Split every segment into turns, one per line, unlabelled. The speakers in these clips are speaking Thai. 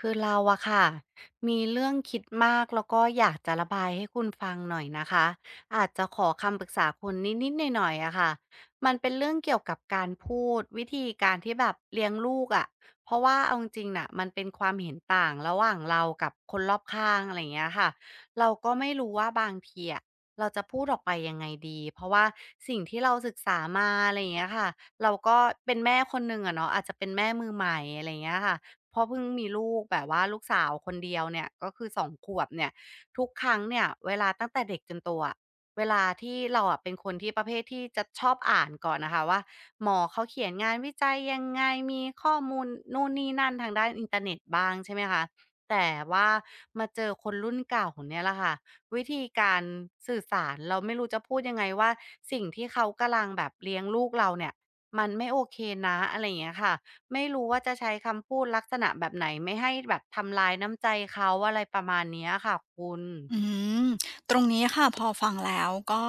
คือเราอะค่ะมีเรื่องคิดมากแล้วก็อยากจะระบายให้คุณฟังหน่อยนะคะอาจจะขอคำปรึกษาคุณนิดๆหน่อยๆอะค่ะมันเป็นเรื่องเกี่ยวกับการพูดวิธีการที่แบบเลี้ยงลูกอะเพราะว่าเอาจริงๆน่ะมันเป็นความเห็นต่างระหว่างเรากับคนรอบข้างอะไรอย่างเงี้ยค่ะเราก็ไม่รู้ว่าบางทีอะเราจะพูดออกไปยังไงดีเพราะว่าสิ่งที่เราศึกษามาอะไรอย่างเงี้ยค่ะเราก็เป็นแม่คนหนึ่งอะเนาะอาจจะเป็นแม่มือใหม่อะไรอย่างเงี้ยค่ะ เพราะเพิ่งมีลูกแบบว่าลูกสาวคนเดียวเนี่ยก็คือ2ขวบเนี่ยทุกครั้งเนี่ยเวลาตั้งแต่เด็กจนโตอะเวลาที่เราอะเป็นคนที่ประเภทที่จะชอบอ่านก่อนน่ะค่ะว่าหมอเขาเขียนงานวิจัยยังไงมีข้อมูลนู่นนี่นั่นทางด้านอินเทอร์เน็ตบ้างใช่ไหมคะแต่ว่ามาเจอคนรุ่นเก่าเนี่ยแหละค่ะวิธีการสื่อสารเราไม่รู้จะพูดยังไงว่าสิ่งที่เขากำลังแบบเลี้ยงลูกเราเนี่ยมันไม่โอเคนะอะไรอย่างเงี้ยค่ะ ไม่รู้ว่าจะใช้คำพูดลักษณะแบบไหนไม่ให้แบบทำลายน้ำใจเขาอะไรประมาณเนี้ยค่ะคุณ
อืมตรงนี้ค่ะพอฟังแล้วก็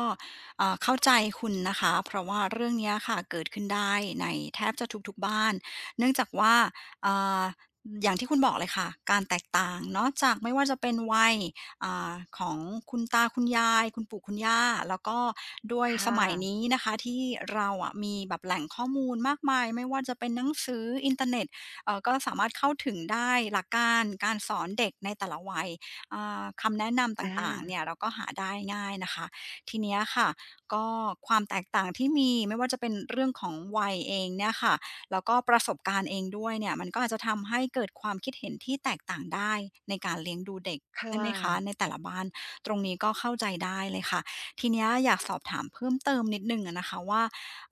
เข้าใจคุณนะคะเพราะว่าเรื่องเนี้ยค่ะเกิดขึ้นได้ในแทบจะทุกๆบ้านเนื่องจากว่าเอ่อย่างที่คุณบอกเลยค่ะการแตกต่างเนาะจากไม่ว่าจะเป็นวัยอ่าของคุณตาคุณยายคุณปู่คุณย่าแล้วก็ด้วยส
ค่ะ
มัยนี้นะคะที่เราอะมีแบบแหล่งข้อมูลมากมายไม่ว่าจะเป็นหนังสืออินเทอร์เน็ตก็สามารถเข้าถึงได้หลักการการสอนเด็กในแต่ละวัย คำแนะนำต
อ
่างๆ เนี่ย
า
เราก็หาได้ง่ายนะคะ ทีเนี้ยค่ะก็ความแตกต่างที่มีไม่ว่าจะเป็นเรื่องของวัยเองเนี่ยค่ะแล้วก็ประสบการณ์เองด้วยเนี่ยมันก็อาจจะทำให้เกิดความคิดเห็นที่แตกต่างได้ในการเลี้ยงดูเด็กใช่
ค่ะ
ไหมคะในแต่ละบ้านตรงนี้ก็เข้าใจได้เลยค่ะทีเนี้ยอยากสอบถามเพิ่มเติมนิดหนึ่งอะนะคะว่า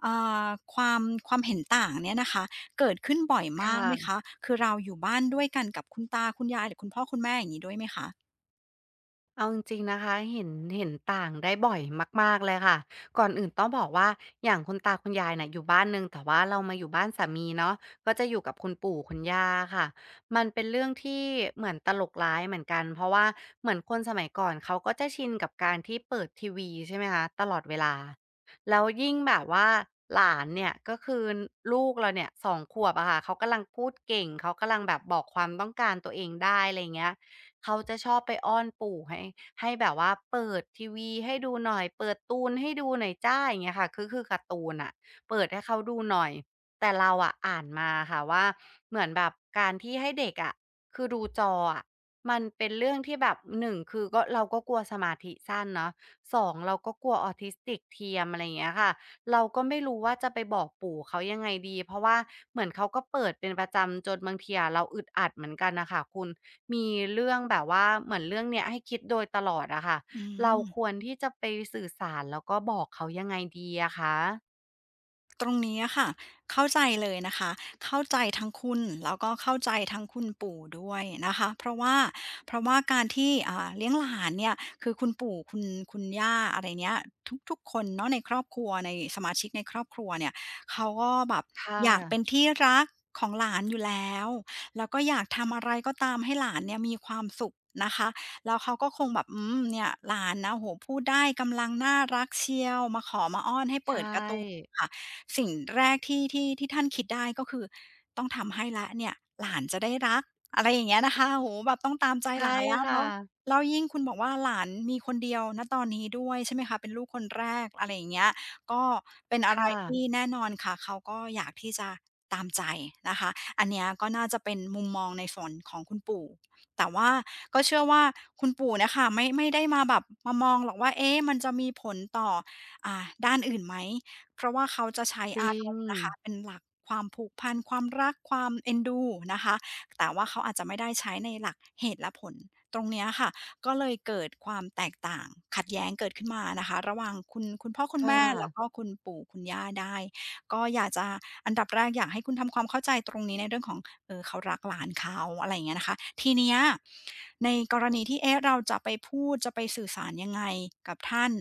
อ่าความความเห็นต่างเนี่ยนะคะเกิดขึ้นบ่อยมากไหม
ค่ะ
คะคือเราอยู่บ้านด้วยกันกับคุณตาคุณยายหรือคุณพ่อคุณแม่อย่างนี้ด้วยไหมคะ
เอาจริงๆนะคะเห็นต่างได้บ่อยมากๆเลยค่ะก่อนอื่นต้องบอกว่าอย่างคุณตาคุณยายน่ะอยู่บ้านหนึ่งแต่ว่าเรามาอยู่บ้านสามีเนาะก็จะอยู่กับคุณปู่คุณย่าอะค่ะมันเป็นเรื่องที่เหมือนตลกร้ายเหมือนกันเพราะว่าเหมือนคนสมัยก่อนเขาก็จะชินกับการที่เปิดทีวีใช่ไหมคะตลอดเวลาแล้วยิ่งแบบว่าหลานเนี่ยก็คือลูกเราเนี่ยสองขวบอะค่ะเขากำลังพูดเก่งเขากำลังแบบบอกความต้องการตัวเองได้อะไรอย่างเงี้ย เขาจะชอบไปอ้อนปู่ให้แบบว่าเปิดทีวีให้ดูหน่อยเปิดตูนให้ดูหน่อยจ้าอย่างเงี้ยค่ะกอคือการ์ตูนน่ะเปิดให้เขาดูหน่อยแต่เราอะอ่านมาค่ะว่าเหมือนแบบการที่ให้เด็กอะคือดูจออะมันเป็นเรื่องที่แบบ1คือเราก็กลัวสมาธิสั้นเนาะ2เราก็กลัว Autistic เทียมอะไรอย่างเงี้ยค่ะเราก็ไม่รู้ว่าจะไปบอกปู่เขายังไงดีเพราะว่าเหมือนเขาก็เปิดเป็นประจำจนบางทีอะเราอึดอัดเหมือนกันน่ะค่ะคุณ มีเรื่องแบบว่าเหมือนเรื่องเนี้ยให้คิดโดยตลอดอะค่ะ
อื
เรา
ม
ควรที่จะไปสื่อสารแล้วก็บอกเขายังไงดีอะคะ
ตรงนี้อะค่ะเข้าใจเลยนะคะเข้าใจทั้งคุณแล้วก็เข้าใจทั้งคุณปู่ด้วยนะคะเพราะว่าการที่เลี้ยงหลานเนี่ยคือคุณปู่คุณคุณย่าอะไรเงี้ยทุกๆคนเนาะในครอบครัวในสมาชิกในครอบครัวเนี่ยเขาก็แบบ
ค่ะ
อยากเป็นที่รักของหลานอยู่แล้วแล้วก็อยากทำอะไรก็ตามให้หลานเนี่ยมีความสุขนะคะแล้วเขาก็คงแบบอืมเนี่ยหลานนะโอ้โฮพูดได้กำลังน่ารักเชียวมาขอมาอ้อนให้
ใช
เปิดการ์ตูน
่
ค่ะ สิ่งแรกที่ท่านคิดได้ก็คือต้องทำให้แล้วเนี่ยหลานจะได้รักอะไรอย่างเงี้ยนะคะโอ้โฮแบบต้องตามใจห
ใช่
ลานแล้ว
ค่ะ
แล้วแล้วยิ่งคุณบอกว่าหลานมีคนเดียวณตอนนี้ด้วยใช่ไหมคะเป็นลูกคนแรกอะไรอย่างเงี้ยก็เป็นอะไร
ค่ะ
ที่แน่นอนค่ะเขาก็อยากที่จะตามใจนะคะอันเนี้ยก็น่าจะเป็นมุมมองในส่วนของคุณปู่แต่ว่าก็เชื่อว่าคุณปู่เนี่ยค่ะไม่ได้มาแบบมามองหรอกว่าเอ๊ะมันจะมีผลต่ออ่าด้านอื่นไหม เพราะว่าเขาจะใช้
จ
อา
ริ
ร
ง
มณ์นะคะเป็นหลักความผูกพันความรักความเอ็นดูนะคะแต่ว่าเขาอาจจะไม่ได้ใช้ในหลักเหตุและผลตรงเนี้ยค่ะก็เลยเกิดความแตกต่างขัดแย้งเกิดขึ้นมานะคะระหว่างคุณพ่อคุณ
ค่ะ
แม่แล้วก็คุณปู่คุณย่าได้ก็อยากจะอันดับแรกอยากให้คุณทำความเข้าใจตรงนี้ในเรื่องของเขารักหลานเขาอะไรอย่างเงี้ยนะคะทีเนี้ยในกรณีที่เอ๊ะเราจะไปพูดจะไปสื่อสารยังไงกับท่าน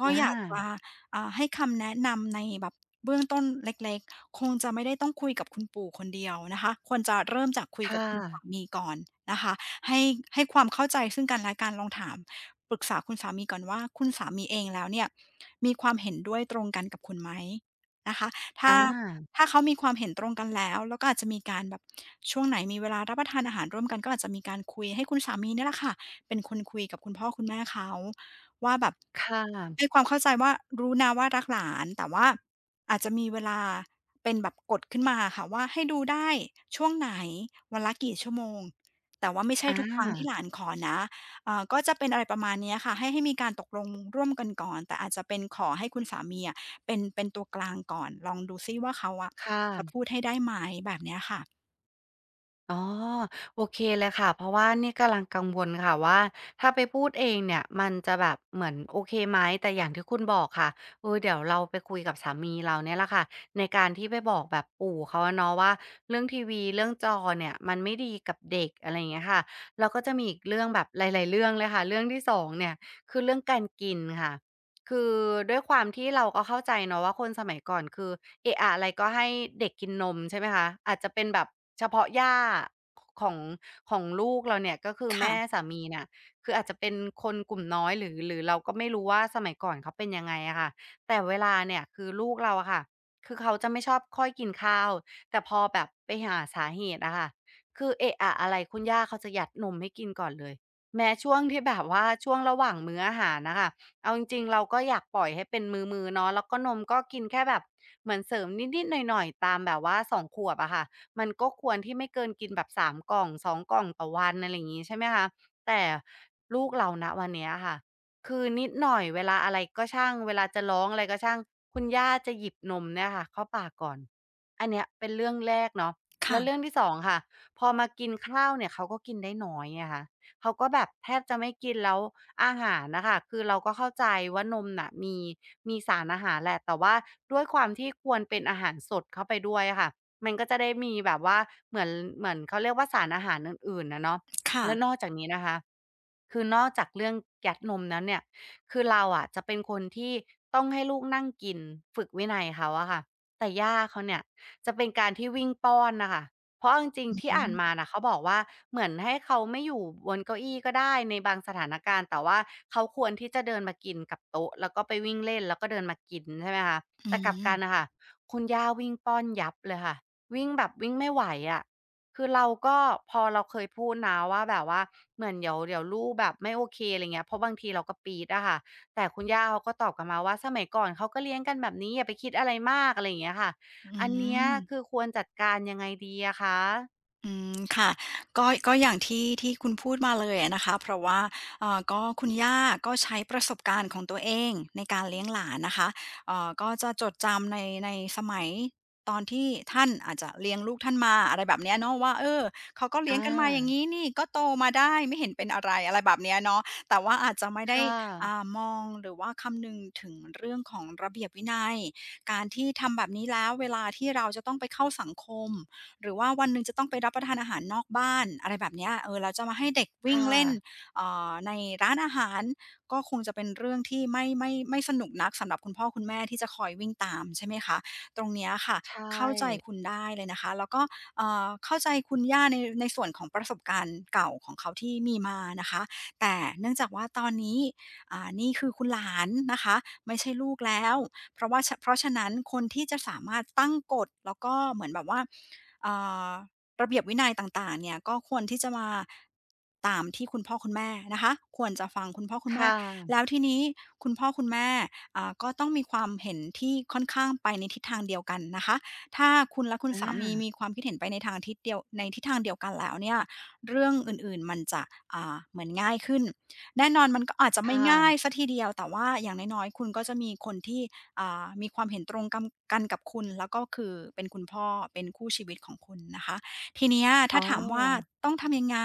ก็
อ
อยากจะ
า
ให้คำแนะนำในแบบเบื้องต้นเล็กๆ คงจะไม่ได้ต้องคุยกับคุณปู่คนเดียวนะคะควรจะเริ่มจากคุยกับ
ค่ะ
คุณสามีก่อนนะคะให้ให้ความเข้าใจซึ่งกันและกันลองถามปรึกษาคุณสามีก่อนว่าคุณสามีเองแล้วเนี่ยมีความเห็นด้วยตรงกันกับคุณไหมนะคะ
อ
ถ้า
า
ถ้าเขามีความเห็นตรงกันแล้วก็อาจจะมีการแบบช่วงไหนมีเวลารับประทานอาหารร่วมกันก็อาจจะมีการคุยให้คุณสามีเนี่ยแหละค่ะเป็นคนคุยกับคุณพ่อคุณแม่เขา ว่าแบบ
ค่ะ
ให้ความเข้าใจว่ารู้นะว่ารักหลานแต่ว่าอาจจะมีเวลาเป็นแบบกฎขึ้นมาค่ะว่าให้ดูได้ช่วงไหนวันละกี่ชั่วโมงแต่ว่าไม่ใช่
อ
ทุกครั้งที่ห
า
ลานขอนะก็จะเป็นอะไรประมาณเนี้ยค่ะให้มีการตกลงร่วมกันก่อนแต่อาจจะเป็นขอให้คุณสามีอะเป็นตัวกลางก่อนลองดูซิว่าเขาอะ
ค่ะ
จะพูดให้ได้ไหมแบบเนี้ยค่ะ
อ๋อโอเคเลยค่ะเพราะว่านี่กำลังกังวลค่ะว่าถ้าไปพูดเองเนี่ยมันจะแบบเหมือนโอเคไหมแต่อย่างที่คุณบอกค่ะเออเดี๋ยวเราไปคุยกับสามีเราเนี่ยแหละค่ะในการที่ไปบอกแบบปู่เขาอะเนาะว่าเรื่องทีวีเรื่องจอเนี่ยมันไม่ดีกับเด็กอะไรอย่างเงี้ยค่ะแล้วก็จะมีอีกเรื่องแบบหลายๆเรื่องเลยค่ะเรื่องที่สองเนี่ยคือเรื่องการกินค่ะ คือด้วยความที่เราก็เข้าใจเนาะว่าคนสมัยก่อนคือเอะอะอะไรก็ให้เด็กกินนมใช่ไหมคะอาจจะเป็นแบบเฉพาะย่าของของลูกเราเนี่ยก็คือแม่
ค่ะ
สามีน่ะคืออาจจะเป็นคนกลุ่มน้อยหรือเราก็ไม่รู้ว่าสมัยก่อนเขาเป็นยังไงอะค่ะแต่เวลาเนี่ยคือลูกเราอะค่ะคือเขาจะไม่ชอบค่อยกินข้าวแต่พอแบบไปหาสาเหตุอะค่ะคือเอะอะอะไรคุณย่าเขาจะยัดนมให้กินก่อนเลยแม้ช่วงที่แบบว่าช่วงระหว่างมื้ออาหารนะคะ เอาจริงๆเราก็อยากปล่อยให้เป็นมืออๆเนาะแล้วก็นมก็กินแค่แบบเหมือนเสริมนิดๆหน่อยๆตามแบบว่า2ขวบอะค่ะมันก็ควรที่ไม่เกินกินแบบ3กล่องสองกล่องต่อวันอะไรอย่างงี้ใช่ไหมคะแต่ลูกเราณวันเนี้ยค่ะคือนิดหน่อยเวลาอะไรก็ช่างเวลาจะร้องอะไรก็ช่างคุณย่าจะหยิบนมเนี่ยค่ะเข้าปากก่อนอันเนี้ยเป็นเรื่องแรกเนาะแล้
ค่ะ
วเรื่องที่สองค่ะพอมากินข้าวเนี่ยเขาก็กินได้น้อยไงคะ เขาก็แบบแทบจะไม่กินแล้วอาหารนะคะคือเราก็เข้าใจว่านมน่ะมีสารอาหารแหละแต่ว่าด้วยความที่ควรเป็นอาหารสดเข้าไปด้วยอะค่ะมันก็จะได้มีแบบว่าเหมือนเหมือนเขาเรียกว่าสารอาหารอื่นๆอะเนาะและน
ค่ะ
อกจากนี้นะคะคือนอกจากเรื่องยัดนมแล้วเนี่ยคือเราอะจะเป็นคนที่ต้องให้ลูกนั่งกินฝึกวินัยเขาอะค่ะแต่ย่าเขาเนี่ยจะเป็นการที่วิ่งป้อนนะคะ เพราะเอาจริง
อื
ๆ
อ
ที่
ฮึ
อ่านมาน่ะเขาบอกว่าเหมือนให้เขาไม่อยู่บนเก้าอี้ก็ได้ในบางสถานการณ์แต่ว่าเขาควรที่จะเดินมากินกับโต๊ะแล้วก็ไปวิ่งเล่นแล้วก็เดินมากินใช่ไหมคะ
อื
แต่กลับกัน
ม
น่ะค่ะคุณย่าวิ่งป้อนยับเลยค่ะวิ่งแบบวิ่งไม่ไหวอะคือเราก็พอเราเคยพูดนะว่าแบบว่าเหมือนเดี๋ยวลูกแบบไม่โอเคอะไรเงี้ยเพราะบางทีเราก็ปี๊ดอะค่ะแต่คุณย่าเขาก็ตอบกลับมาว่าสมัยก่อนเขาก็เลี้ยงกันแบบนี้อย่าไปคิดอะไรมากอะไรอย่างเงี้ยค่ะ
อื
อันเนี้ย
ม
คือควรจัดการยังไงดีอะคะ
อืมค่ะก็ก็อย่างที่ที่คุณพูดมาเลยอะนะคะเพราะว่าก็คุณย่าก็ใช้ประสบการณ์ของตัวเองในการเลี้ยงหลานนะคะก็จะจดจำในในสมัยตอนที่ท่านอาจจะเลี้ยงลูกท่านมาอะไรแบบเนี้ยเนาะว่าเออเขาก็
อ
เลี้ยงกันมาอย่าง
า
งี้นี่ก็โตมาได้ไม่เห็นเป็นอะไรอะไรแบบเนี้ยเนาะแต่ว่าอาจจะไม่ได้
ค่ะ
มองหรือว่าคำนึงถึงเรื่องของระเบียบวินัยการที่ทำแบบนี้แล้วเวลาที่เราจะต้องไปเข้าสังคม หรือว่าวันหนึ่งจะต้องไปรับประทานอาหารนอกบ้านอะไรแบบเนี้ยเออแล้วจะมาให้เด็กวิ่ง
ค่ะ
เล่นในร้านอาหารก็คงจะเป็นเรื่องที่ไม่สนุกนักสำหรับคุณพ่อคุณแม่ที่จะคอยวิ่งตามใช่ไหมคะตรงเนี้ยค่ะ
ใช่
เข้าใจคุณได้เลยนะคะแล้วก็เข้าใจคุณย่าในในส่วนของประสบการณ์เก่าของเขาที่มีมานะคะแต่เนื่องจากว่าตอนนี้นี่คือคุณหลานนะคะไม่ใช่ลูกแล้ว เพราะว่าฉเพราะฉะนั้นคนที่จะสามารถตั้งกฎแล้วก็เหมือนแบบว่าเอ่ระเบียบวินัยต่างๆเนี่ยก็ควรที่จะมาตามที่คุณพ่อคุณแม่นะคะควรจะฟังคุณพ่อคุณแม่
ค่ะ
แล้วทีนี้คุณพ่อคุณแม่ก็ต้องมีความเห็นที่ค่อนข้างไปในทิศทางเดียวกันนะคะถ้าคุณและคุณ
อ
สามีมี
า
ความคิดเห็นไปในทางทิศเดียวในทิศทางเดียวกันแล้วเนี่ยเรื่องอื่นๆมันจะเหมือนง่ายขึ้นแน่นอนมันก็อาจจะไม่
ค่ะ
ง่ายเสียทีเดียวแต่ว่าอย่างน้อยๆคุณก็จะมีคนที่ มีความเห็นตรงกำกันกับคุณแล้วก็คือเป็นคุณพ่อเป็นคู่ชีวิตของคุณนะคะทีเนี้ย
อ๋
ถ้าถามว่า
อ
ต้องทำยังไง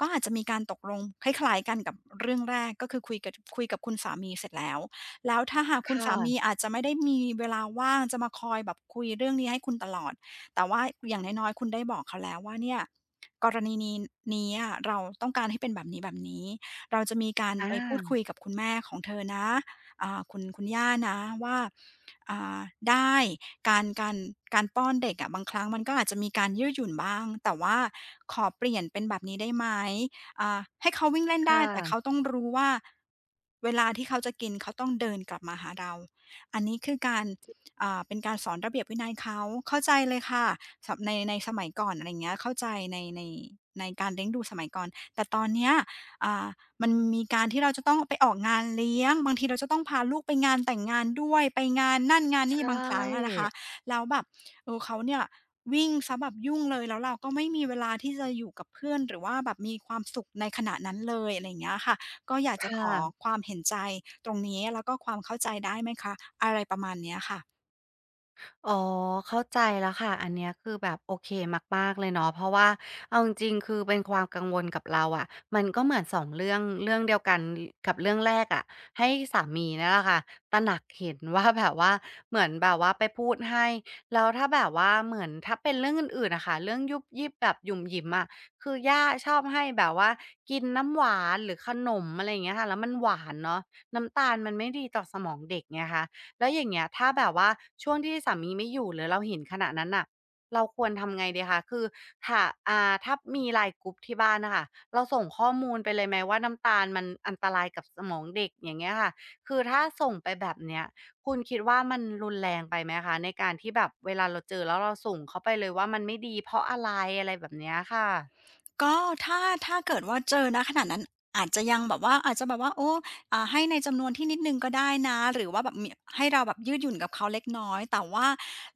ก็อาจจะมีการตกลงคล้ายๆกันกับเรื่องแรกก็คือคุยกับคุณสามีเสร็จแล้วแล้วถ้าหากคุณ
ค่ะ
สามีอาจจะไม่ได้มีเวลาว่างจะมาคอยแบบคุยเรื่องนี้ให้คุณตลอดแต่ว่าอย่างน้อยๆคุณได้บอกเขาแล้วว่าเนี่ยกรณีนี้นี้อะเราต้องการให้เป็นแบบนี้แบบนี้เราจะมีการ
อ
ไปพูดคุ
า
ยกับคุณแม่ของเธอนะ คุณย่านะว่าอ่าได้การการการป้อนเด็กอะบางครั้งมันก็อาจจะมีการยืดหยุ่นบ้างแต่ว่าขอเปลี่ยนเป็นแบบนี้ได้ไหมให้เขาวิ่งเล่น
ค่
ได้แต่เขา
ะ
ต้องรู้ว่าเวลาที่เขาจะกินเขาต้องเดินกลับมาหาเราอันนี้คือการเป็นการสอนระเบียบวินัยเขาเข้าใจเลยค่ะในในสมัยก่อนอะไรเงี้ยเข้าใจในในการเลี้ยงดูสมัยก่อนแต่ตอนเนี้ยอ่า มันมีการที่เราจะต้องไปออกงานเลี้ยงบางทีเราจะต้องพาลูกไปงานแต่งงานด้วยไปงานนั่นงาน
ใช
นี่บางครั้งอะ
่
นะคะแล้วแบบเออเขาเนี่ยวิ่งเสียแบบยุ่งเลยแล้วเราก็ไม่มีเวลาที่จะอยู่กับเพื่อนหรือว่าแบบมีความสุขในขณะนั้นเลยอะไรอย่างเงี้ยค่ะก็อยากจะข
ค่ะ
อความเห็นใจตรงนี้แล้วก็ความเข้าใจได้ไหมคะอะไรประมาณเนี้ยค่ะ
อ๋อเข้าใจแล้วค่ะอันเนี้ยคือแบบโอเคมากๆเลยเนาะเพราะว่าเอาจริงๆคือเป็นความกังวลกับเราอะมันก็เหมือนสองเรื่องเดียวกันกับเรื่องแรกอะให้สามีเนี่ยแหละค่ะตระหนักเห็นว่าแบบว่าเหมือนแบบว่าไปพูดให้แล้วถ้าแบบว่าเหมือนถ้าเป็นเรื่องอื่นๆอะค่ะเรื่องยุบยิบแบบหยุ่มหยิมอะคือย่าชอบให้แบบว่ากินน้ำหวานหรือขนมอะไรอย่างเงี้ยค่ะแล้วมันหวานเนาะน้ำตาลมันไม่ดีต่อสมองเด็กไงคะ แล้วอย่างเงี้ยถ้าแบบว่าช่วงที่สามีไม่อยู่หรือเราเห็นขณะนั้นน่ะเราควรทำไงดีคะคือถ้าถ้ามี LINE กรุ๊ปที่บ้านน่ะค่ะเราส่งข้อมูลไปเลยไหมว่าน้ำตาลมันอันตรายกับสมองเด็กอย่างเงี้ยค่ะคือถ้าส่งไปแบบเนี้ยคุณคิดว่ามันรุนแรงไปไหมคะในการที่แบบเวลาเราเจอแล้วเราส่งเขาไปเลยว่ามันไม่ดีเพราะอะไรอะไรแบบเนี้ยค่ะ
ก็ถ้าถ้าเกิดว่าเจอณขณะนั้นอาจจะยังแบบว่าอาจจะแบบว่าโอ้ให้ในจำนวนที่นิดหนึ่งก็ได้นะหรือว่าแบบมีให้เราแบบยืดหยุ่นกับเขาเล็กน้อยแต่ว่า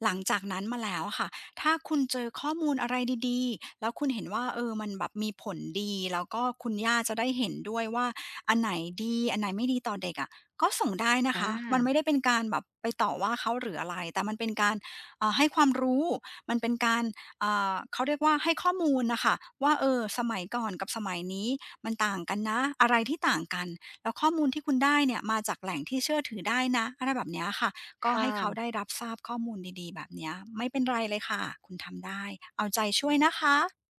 หลังจากนั้นมาแล้วอะค่ะถ้าคุณเจอข้อมูลอะไรดีๆแล้วคุณเห็นว่าเออมันแบบมีผลดีแล้วก็คุณย่าจะได้เห็นด้วยว่าอันไหนดีอันไหนไม่ดีต่อเด็กอะก็ส่งได้นะ
อา
คะมันไม่ได้เป็นการแบบไปต่อว่าเขาหรืออะไรแต่มันเป็นการให้ความรู้มันเป็นการ เขาเรียกว่าให้ข้อมูลนะคะว่าเออสมัยก่อนกับสมัยนี้มันต่างกันนะอะไรที่ต่างกันแล้วข้อมูลที่คุณได้เนี่ยมาจากแหล่งที่เชื่อถือได้นะอะไรแบบเนี้ยค่ะ
ค
ก็ให้เขา
่ะ
ได้รับทราบข้อมูลดีๆแบบเนี้ยไม่เป็นไรเลยค่ะคุณทำได้เอาใจช่วยนะคะ